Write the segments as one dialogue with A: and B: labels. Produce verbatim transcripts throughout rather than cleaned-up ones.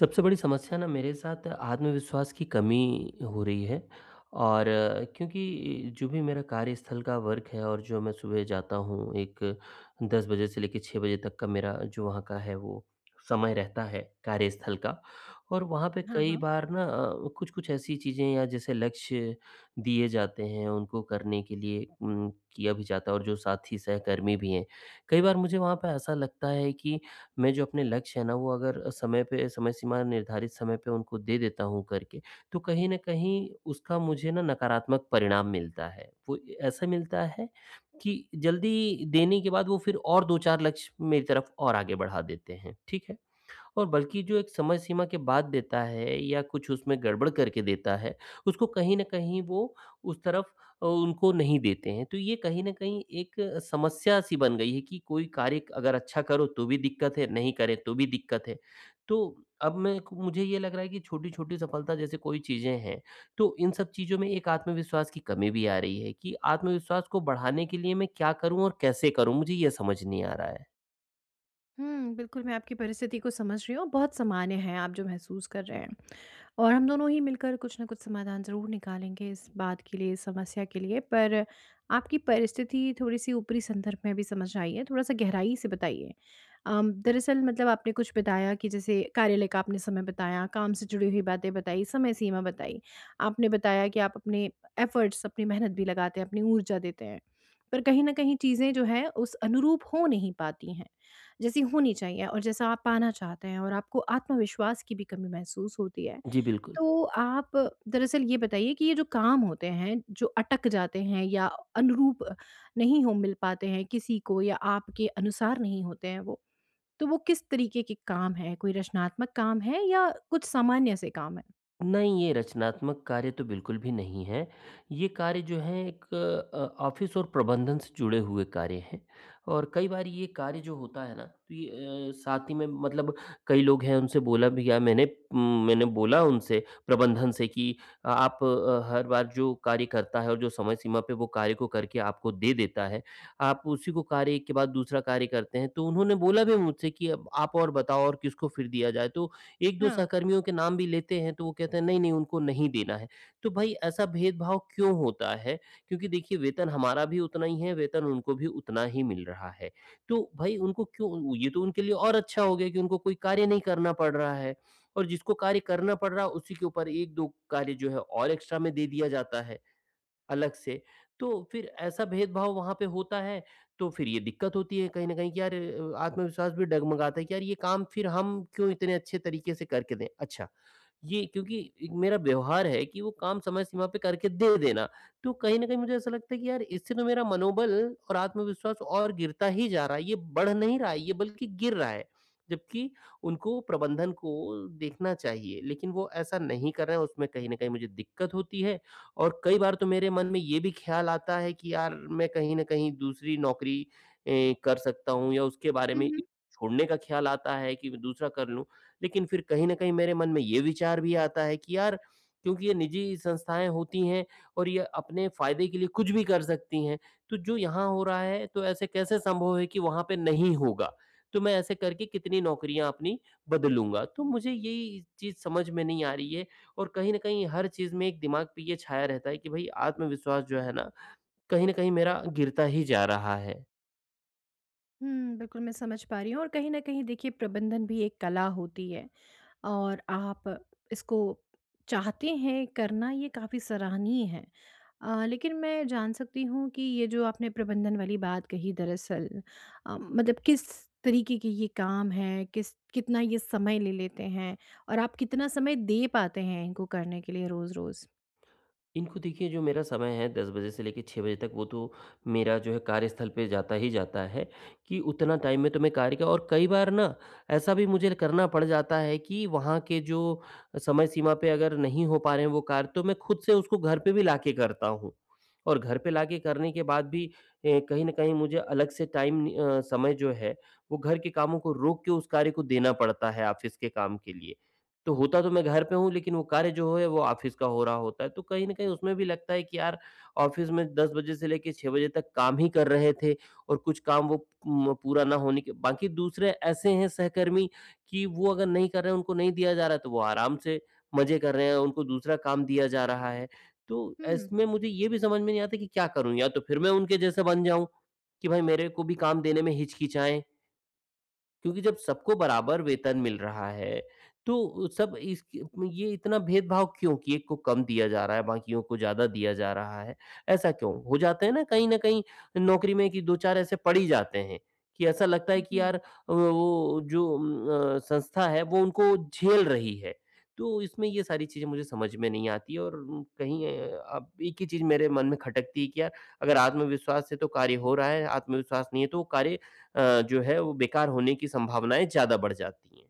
A: सबसे बड़ी समस्या ना मेरे साथ आत्मविश्वास की कमी हो रही है और अ, क्योंकि जो भी मेरा कार्यस्थल का वर्क है और जो मैं सुबह जाता हूँ एक दस बजे से लेके छह बजे तक का मेरा जो वहाँ का है वो समय रहता है कार्यस्थल का। और वहाँ पे
B: हाँ,
A: कई
B: हाँ।
A: बार ना कुछ कुछ ऐसी चीज़ें या जैसे लक्ष्य दिए जाते हैं उनको करने के लिए, उम, किया भी जाता है। और जो साथी सहकर्मी भी हैं, कई बार मुझे वहाँ पे ऐसा लगता है कि मैं जो अपने लक्ष्य है ना वो अगर समय पे, समय सीमा निर्धारित समय पे उनको दे देता हूँ करके, तो कहीं न कहीं उसका मुझे ना नकारात्मक परिणाम मिलता है। वो ऐसा मिलता है कि जल्दी देने के बाद वो फिर और दो चार लक्ष्य मेरी तरफ और आगे बढ़ा देते हैं। ठीक है? और बल्कि जो एक समय सीमा के बाद देता है या कुछ उसमें गड़बड़ करके देता है, उसको कहीं न कहीं वो उस तरफ अ, उनको नहीं देते हैं। तो ये कहीं न कहीं एक समस्या-सी बन गई है कि कोई कार्य अगर अच्छा करो तो भी दिक्कत है, नहीं करे तो भी दिक्कत है। तो अब मैं मुझे ये लग रहा है कि छोटी-छोटी सफलता जैसे कोई चीज़ें हैं, तो इन सब चीज़ों में एक आत्मविश्वास की कमी भी आ रही है कि आत्मविश्वास को बढ़ाने के लिए मैं क्या करूँ और कैसे करूँ? मुझे ये समझ नहीं आ रहा है।
B: हुँ, बिल्कुल मैं आपकी परिस्थिति को समझ रही हूँ, बहुत सामान्य है आप जो महसूस कर रहे हैं। और हम दोनों ही मिलकर कुछ ना कुछ समाधान ज़रूर निकालेंगे इस बात के लिए, इस समस्या के लिए। पर आपकी परिस्थिति थोड़ी-सी ऊपरी संदर्भ में अभी समझ आई है, थोड़ा-सा गहराई से बताइए। अम, दरअसल मतलब आपने कुछ बताया कि जैसे कार्यालय का आपने समय बताया, काम से जुड़ी हुई बातें बताई, समय सीमा बताई। आपने बताया कि आप अपने एफ़र्ट्स, अपनी मेहनत भी लगाते हैं, अपनी ऊर्जा देते हैं। पर कहीं न कहीं चीज़ें जो हैं उस अनुरूप हो नहीं पाती हैं, जैसी होनी चाहिए और जैसा आप पाना चाहते हैं और आपको आत्मविश्वास की भी कमी महसूस होती है।
A: जी, बिल्कुल।
B: तो आप दरअसल ये बताइए कि ये जो काम होते हैं, जो अटक जाते हैं या अनुरूप नहीं हो मिल पाते हैं किसी को या आपके अनुसार नहीं होते हैं वो, तो वो किस तरीके के काम हैं? कोई रचनात्मक काम है या कुछ सामान्य से काम है?
A: नहीं, ये रचनात्मक कार्य तो बिल्कुल भी नहीं है। ये कार्य जो हैं एक अ, ऑफ़िस और प्रबंधन से जुड़े हुए कार्य हैं। और कई बार ये कार्य जो होता है ना, तो ये अ, साथ ही में मतलब कई लोग हैं उनसे बोला भी गया मैंने। उम, मैंने बोला उनसे प्रबंधन से कि अ, आप, अ, हर बार जो कार्य करता है और जो समय सीमा पे वो कार्य को करके आपको दे देता है, आप उसी को कार्य के बाद दूसरा कार्य करते हैं। तो उन्होंने बोला भी मुझसे कि अब आप और बताओ और किसको फिर दिया जाए? तो एक दो
B: हाँ।
A: सहकर्मियों के नाम भी लेते हैं तो वो कहते हैं नहीं, नहीं उनको नहीं देना है। तो भाई ऐसा भेदभाव क्यों होता है? क्योंकि देखिए वेतन हमारा भी उतना ही है, वेतन उनको भी उतना ही मिल रहा है। तो भाई उनको क्यों, ये तो उनके लिए और अच्छा हो गया कि उनको कोई कार्य नहीं करना पड़ रहा है और जिसको कार्य करना पड़ रहा है उसी के ऊपर एक दो कार्य जो है और एक्स्ट्रा में दे दिया जाता है, अलग से। तो फिर ऐसा भेदभाव वहाँ पे होता है, तो फिर ये दिक्कत होती है कहीं न कहीं कि यार अ, आत्मविश्वास भी डगमगाता है कि यार ये काम फिर हम क्यों इतने अच्छे तरीके से करके दें? अच्छा, ये क्योंकि एक मेरा व्यवहार है कि वो काम समय सीमा पे करके दे देना। तो कहीं न कहीं मुझे ऐसा लगता है कि यार इससे तो मेरा मनोबल और आत्मविश्वास और गिरता ही जा रहा है, ये बढ़ नहीं रहा है, ये बल्कि गिर रहा है। जबकि उनको, प्रबंधन को देखना चाहिए, लेकिन वो ऐसा नहीं कर रहे हैं, उसमें कहीं न कहीं मुझे दिक्कत होती है। और कई बार तो मेरे मन में ये भी ख्याल आता है कि यार मैं कहीं न कहीं दूसरी नौकरी ए, कर सकता हूँ, या उसके बारे
B: हुँ,
A: में
B: हुँ।
A: छोड़ने का ख्याल आता है कि मैं दूसरा कर लूँ। लेकिन फिर कहीं न कहीं मेरे मन में ये विचार भी आता है कि यार क्योंकि ये निजी संस्थाएँ होती हैं और ये अपने फ़ायदे के लिए कुछ भी कर सकती हैं, तो जो यहाँ हो रहा है तो ऐसे कैसे संभव है कि वहाँ पे नहीं होगा? तो मैं ऐसे करके कितनी नौकरियाँ अपनी बदलूँगा? तो मुझे यही चीज़ समझ में नहीं आ रही है। और कहीं न कहीं हर चीज़ में एक दिमाग पे ये छाया रहता है कि भई आत्मविश्वास जो है ना, कहीं न कहीं मेरा गिरता ही जा रहा है।
B: हुँ, बिल्कुल मैं समझ पा रही हूँ और कहीं न कहीं देखिए प्रबंधन भी एक कला होती है और आप इसको चाहते हैं करना ये काफ़ी सराहनीय है। अ, लेकिन मैं जान सकती हूँ कि ये जो आपने प्रबंधन वाली बात कही दरअसल अ, मतलब किस तरीके के ये काम है किस कितना ये समय ले लेते हैं और आप कितना समय दे पाते हैं इनको करने के लिए रोज़-रोज़?
A: इनको देखिए, जो मेरा समय है दस बजे से लेके छह बजे तक, वो तो मेरा जो है कार्यस्थल पे जाता ही जाता है कि उतना टाइम में तो मैं कार्य का, और कई बार ना ऐसा भी मुझे करना पड़ जाता है कि वहाँ के जो समय सीमा पे अगर नहीं हो पा रहे हैं वो कार्य तो मैं खुद से उसको घर पे भी लाके करता हूँ। और घर पे लाके करने के बाद भी ए, कहीं ना कहीं मुझे अलग से टाइम, अ, समय जो है वो घर के कामों को रोक के उस कार्य को देना पड़ता है ऑफिस के काम के लिए। तो होता तो मैं घर पे हूँ लेकिन वो कार्य जो है वो ऑफ़िस का हो रहा होता है। तो कहीं न कहीं उसमें भी लगता है कि यार ऑफ़िस में दस बजे से लेके छह बजे तक काम ही कर रहे थे और कुछ काम वो म पूरा ना होने के बाकी दूसरे ऐसे हैं सहकर्मी कि वो अगर नहीं कर रहे हैं, उनको नहीं दिया जा रहा है तो वो आराम से मज़े कर रहे हैं, उनको दूसरा काम दिया जा रहा है। तो
B: हुँ,
A: इसमें मुझे ये भी समझ में नहीं आता कि क्या करूँ? या तो फिर मैं उनके जैसे बन जाऊँ कि भाई मेरे को भी काम देने में हिचकिचाएँ। क्योंकि जब सबको बराबर वेतन मिल रहा है, तो सब, इस, ये इतना भेदभाव क्यों कि एक को कम दिया जा रहा है, बाकियों को ज़्यादा दिया जा रहा है, ऐसा क्यों? हो जाते हैं ना कहीं न कहीं नौकरी में कि दो चार ऐसे पड़ ही जाते हैं, कि ऐसा लगता है कि
B: जी।
A: यार अ, वो जो उम, अ, संस्था है वो उनको झेल रही है। तो इसमें ये सारी चीज़ें मुझे समझ में नहीं आती। और कहीं अ, अब एक ही चीज़ मेरे मन में खटकती है कि यार अगर आत्मविश्वास से तो कार्य हो रहा है, आत्मविश्वास नहीं है तो वो कार्य अ, जो है वो बेकार होने की संभावनाएँ ज़्यादा बढ़ जाती हैं।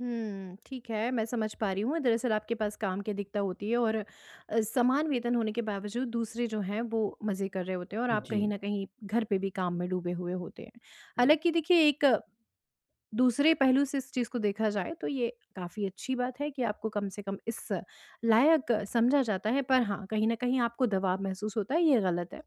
B: हुँ, ठीक है, मैं समझ पा रही हूँ। दरअसल आपके पास काम की अधिकता होती है और अ, समान वेतन होने के बावजूद दूसरे जो हैं वो मज़े कर रहे होते हैं और
A: जी,
B: आप कहीं
A: जी।
B: न कहीं घर पे भी काम में डूबे हुए होते हैं। हालाँकि देखिए एक दूसरे पहलू से इस चीज़ को देखा जाए तो ये काफ़ी अच्छी बात है कि आपको कम से कम इस लायक समझा जाता है पर हाँ, कहीं न कहीं आपको दबाव महसूस होता है, ये गलत है।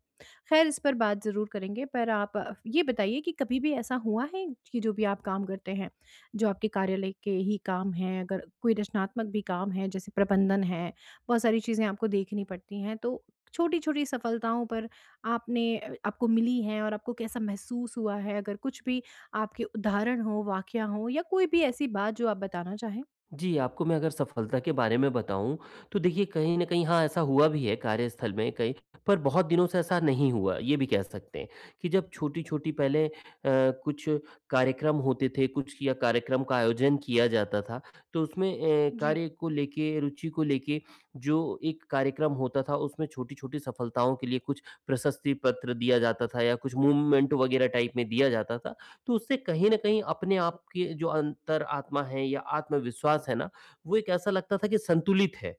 B: ख़ैर इस पर बात ज़रूर करेंगे पर आप अ, ये बताइए कि कभी भी ऐसा हुआ है कि जो भी आप काम करते हैं, जो आपके कार्यालय के ही काम हैं, अगर कोई रचनात्मक भी काम है जैसे प्रबंधन है, बहुत सारी चीज़ें आपको देखनी पड़ती हैं, तो छोटी-छोटी सफलताओं पर आपने अ, आपको मिली हैं और आपको कैसा महसूस हुआ है? अगर कुछ भी आपके उदाहरण हो, वाकया हो या कोई भी ऐसी बात जो आप बताना चाहें?
A: जी, आपको मैं अगर सफलता के बारे में बताऊँ, तो देखिए कहीं न कहीं हाँ, ऐसा हुआ भी है कार्यस्थल में कई, पर बहुत दिनों से ऐसा नहीं हुआ, ये भी कह सकते हैं। कि जब छोटी-छोटी पहले अ, कुछ कार्यक्रम होते थे, कुछ या कार्यक्रम का आयोजन किया जाता था, तो उसमें अ,
B: जी।
A: कार्य को लेके, रुचि को लेके जो एक कार्यक्रम होता था, उसमें छोटी-छोटी सफलताओं के लिए कुछ प्रशस्ति पत्र दिया जाता था या कुछ मूवमेंट वगैरह टाइप में दिया जाता था। तो उससे कहीं न कहीं अपने आप के जो अंतर आत्मा है या आत्मविश्वास है ना, वो एक ऐसा लगता था कि संतुलित है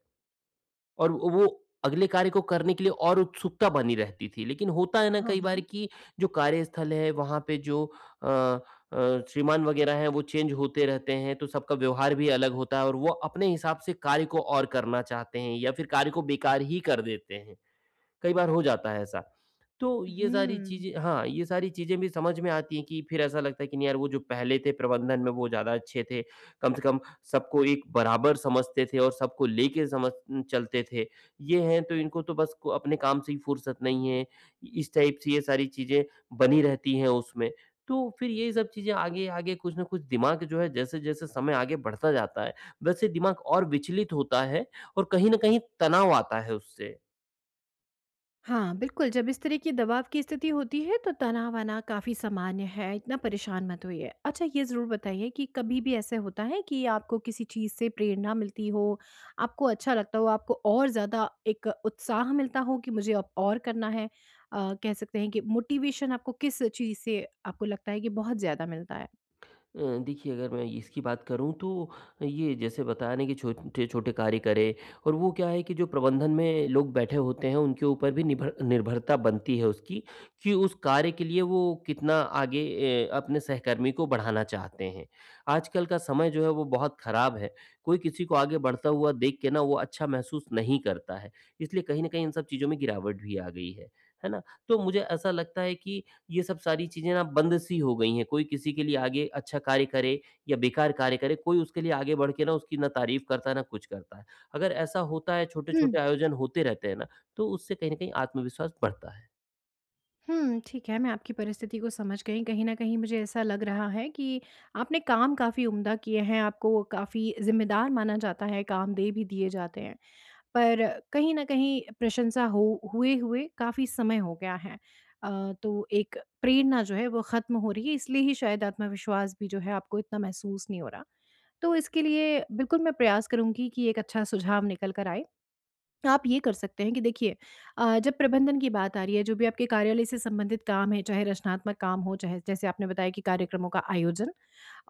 A: और वो अगले कार्य को करने के लिए और उत्सुकता बनी रहती थी। लेकिन होता है ना
B: हाँ,
A: कई बार
B: हाँ।
A: कि जो कार्यस्थल है वहाँ पे जो अ अ, श्रीमान वगैरह हैं वो चेंज होते रहते हैं तो सबका व्यवहार भी अलग होता है और वो अपने हिसाब से कार्य को और करना चाहते हैं या फिर कार्य को बेकार ही कर देते हैं। कई बार हो जाता है ऐसा। तो ये सारी
B: हुँ।
A: चीज़ें, हाँ, ये सारी चीज़ें भी समझ में आती हैं कि फिर ऐसा लगता है कि नहीं यार वो जो पहले थे प्रबंधन में वो ज़्यादा अच्छे थे। कम से कम सबको एक बराबर समझते थे और सबको लेके समझ चलते थे। ये हैं तो इनको तो बस को अपने काम से ही फुर्सत नहीं है। इस टाइप से ये सारी चीज़ें बनी रहती हैं उसमें। तो फिर ये सब चीज़ें आगे-आगे कुछ न कुछ दिमाग जो है, जैसे-जैसे समय आगे बढ़ता जाता है, वैसे दिमाग और विचलित होता है और कहीं न कहीं तनाव आता है उससे।
B: हाँ, बिल्कुल जब इस तरह की दबाव की स्थिति होती है तो तनाव आना काफ़ी सामान्य है, इतना परेशान मत होइए। अच्छा ये ज़रूर बताइए कि कभी भी ऐसा होता है कि आपको किसी चीज़ से प्रेरणा मिलती हो, आपको अच्छा लगता हो, आपको और ज़्यादा एक उत्साह मिलता हो कि मुझे अब और करना है? अ, कह सकते हैं कि मोटिवेशन आपको किस चीज़ से आपको लगता है कि बहुत ज़्यादा मिलता है?
A: अ, देखिए अगर मैं इसकी बात करूँ तो ये जैसे बताया ना कि छोटे-छोटे कार्य करें, और वो क्या है कि जो प्रबंधन में लोग बैठे होते हैं उनके ऊपर भी निभर निर्भरता बनती है उसकी कि उस कार्य के लिए वो कितना आगे ए, अपने सहकर्मी को बढ़ाना चाहते हैं। आजकल का समय जो है वो बहुत ख़राब है, कोई किसी को आगे बढ़ता हुआ देख के ना वो अच्छा महसूस नहीं करता है, इसलिए कहीं न कहीं इन सब चीज़ों में गिरावट भी आ गई है, है ना? तो मुझे ऐसा लगता है कि ये सब सारी चीज़ें ना बंद-सी हो गई हैं, कोई किसी के लिए आगे अच्छा कार्य करे या बेकार कार्य करे, कोई उसके लिए आगे बढ़ के ना उसकी ना तारीफ़ करता है, ना कुछ करता है। अगर ऐसा होता है, छोटे-छोटे आयोजन होते रहते हैं ना, तो उससे कहीं न कहीं आत्मविश्वास बढ़ता है।
B: हुँ, ठीक है, मैं आपकी परिस्थिति को समझ गई। कहीं न कहीं मुझे ऐसा लग रहा है कि आपने काम काफ़ी उम्दा किए हैं, आपको वो काफ़ी ज़िम्मेदार माना जाता है, काम दे भी दिए जाते हैं। पर कहीं न कहीं प्रशंसा हो हुए, हुए काफ़ी समय हो गया है। अ, तो एक प्रेरणा जो है वो ख़त्म हो रही है, इसलिए ही शायद आत्मविश्वास भी जो है आपको इतना महसूस नहीं हो रहा। तो इसके लिए बिल्कुल मैं प्रयास करूँगी कि एक अच्छा सुझाव निकल कर आए। आप ये कर सकते हैं कि देखिए अ, जब प्रबंधन की बात आ रही है जो भी आपके कार्यालय से संबंधित काम है चाहे रचनात्मक काम हो चाहे जैसे आपने बताया कि कार्यक्रमों का आयोजन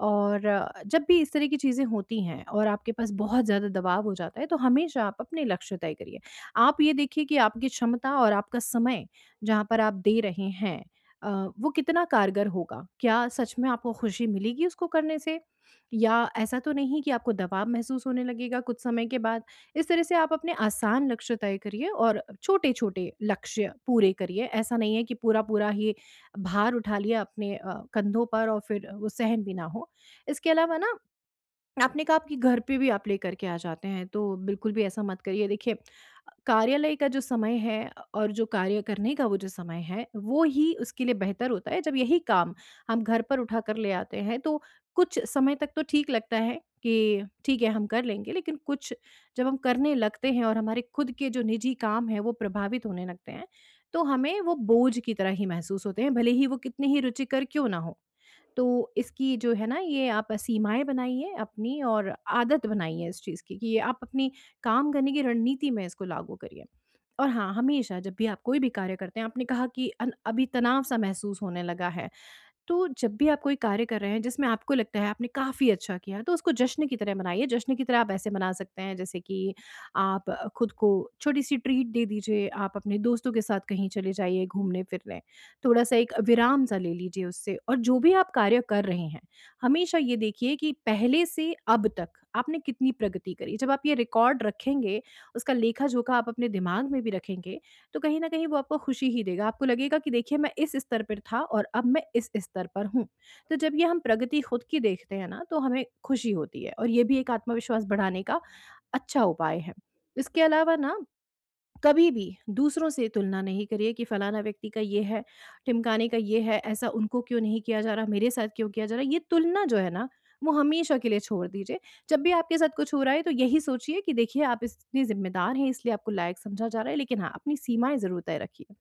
B: और अ, जब भी इस तरह की चीज़ें होती हैं और आपके पास बहुत ज़्यादा दबाव हो जाता है तो हमेशा आप अपने लक्ष्य तय करिए। आप ये देखिए कि आपकी क्षमता और आपका समय जहाँ पर आप दे रहे हैं, अ, वो कितना कारगर होगा, क्या सच में आपको खुशी मिलेगी उसको करने से या ऐसा तो नहीं कि आपको दबाव महसूस होने लगेगा कुछ समय के बाद। इस तरह से आप अपने आसान लक्ष्य तय करिए और छोटे-छोटे लक्ष्य पूरे करिए। ऐसा नहीं है कि पूरा-पूरा ही भार उठा लिया अपने अ, कंधों पर और फिर वो सहन भी ना हो। इसके अलावा ना आपने कहा आपके घर पे भी आप लेकर के आ जाते हैं, तो बिल्कुल भी ऐसा मत करिए। देखिए, कार्यालय का जो समय है और जो कार्य करने का वो जो समय है, वो ही उसके लिए बेहतर होता है। जब यही काम हम घर पर उठा कर ले आते हैं, तो कुछ समय तक तो ठीक लगता है कि ठीक है, हम कर लेंगे। लेकिन कुछ जब हम करने लगते हैं और हमारे खुद के जो निजी काम हैं, वो प्रभावित होने लगते हैं, तो हमें वो बोझ की तरह ही महसूस होते हैं, भले ही वो कितने ही रुचिकर क्यों ना हों। तो इसकी जो है ना ये आप सीमाएँ बनाइए अपनी और आदत बनाइए इस चीज़ की कि ये आप अपनी काम करने की रणनीति में इसको लागू करिए। और हाँ, हमेशा जब भी आप कोई भी कार्य करते हैं, आपने कहा कि अन अभी तनाव-सा महसूस होने लगा है। तो जब भी आप कोई कार्य कर रहे हैं जिसमें आपको लगता है आपने काफ़ी अच्छा किया तो उसको जश्न की तरह मनाइए। जश्न की तरह आप ऐसे मना सकते हैं जैसे कि आप अ, खुद को छोटी सी ट्रीट दे दीजिए, आप अपने दोस्तों के साथ कहीं चले जाइए घूमने फिरने, थोड़ा सा एक विराम सा ले लीजिए उससे। और जो भी आप कार्य कर रहे हैं, हमेशा ये देखिए कि पहले से अब तक आपने कितनी प्रगति करी। जब आप ये रिकॉर्ड रखेंगे, उसका लेखा जोखा आप अपने दिमाग में भी रखेंगे, तो कहीं न कहीं वो आपको खुशी ही देगा। आपको लगेगा कि देखिए मैं इस स्तर पर था और अब मैं इस स्तर पर हूँ। तो जब ये हम प्रगति खुद की देखते हैं ना तो हमें खुशी होती है और ये भी एक आत्मविश्वास बढ़ाने का अच्छा उपाय है। इसके अलावा ना कभी भी दूसरों से तुलना नहीं करिए कि फलाना व्यक्ति का ये है, ढिमकाने का ये है, ऐसा उनको क्यों नहीं किया जा रहा, मेरे साथ क्यों किया जा रहा है। ये तुलना जो है ना, वो हमेशा के लिए छोड़ दीजिए। जब भी आपके साथ कुछ हो रहा है तो यही सोचिए कि देखिए आप इतने ज़िम्मेदार हैं इसलिए आपको लायक समझा जा रहा है, लेकिन हाँ, अपनी सीमाएँ ज़रूर तय रखिए।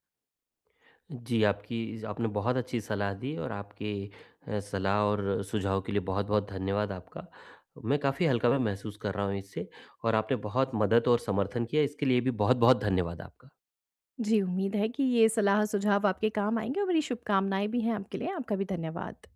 A: जी, आपकी आपने बहुत अच्छी सलाह दी और आपके अ, सलाह और सुझाव के लिए बहुत-बहुत धन्यवाद आपका। मैं काफ़ी हल्का-सा महसूस कर रहा हूँ इससे, और आपने बहुत मदद और समर्थन किया, इसके लिए भी बहुत-बहुत धन्यवाद आपका।
B: जी, उम्मीद है कि ये सलाह सुझाव आपके काम आएँगे और मेरी शुभकामनाएँ भी हैं आपके लिए। आपका भी धन्यवाद।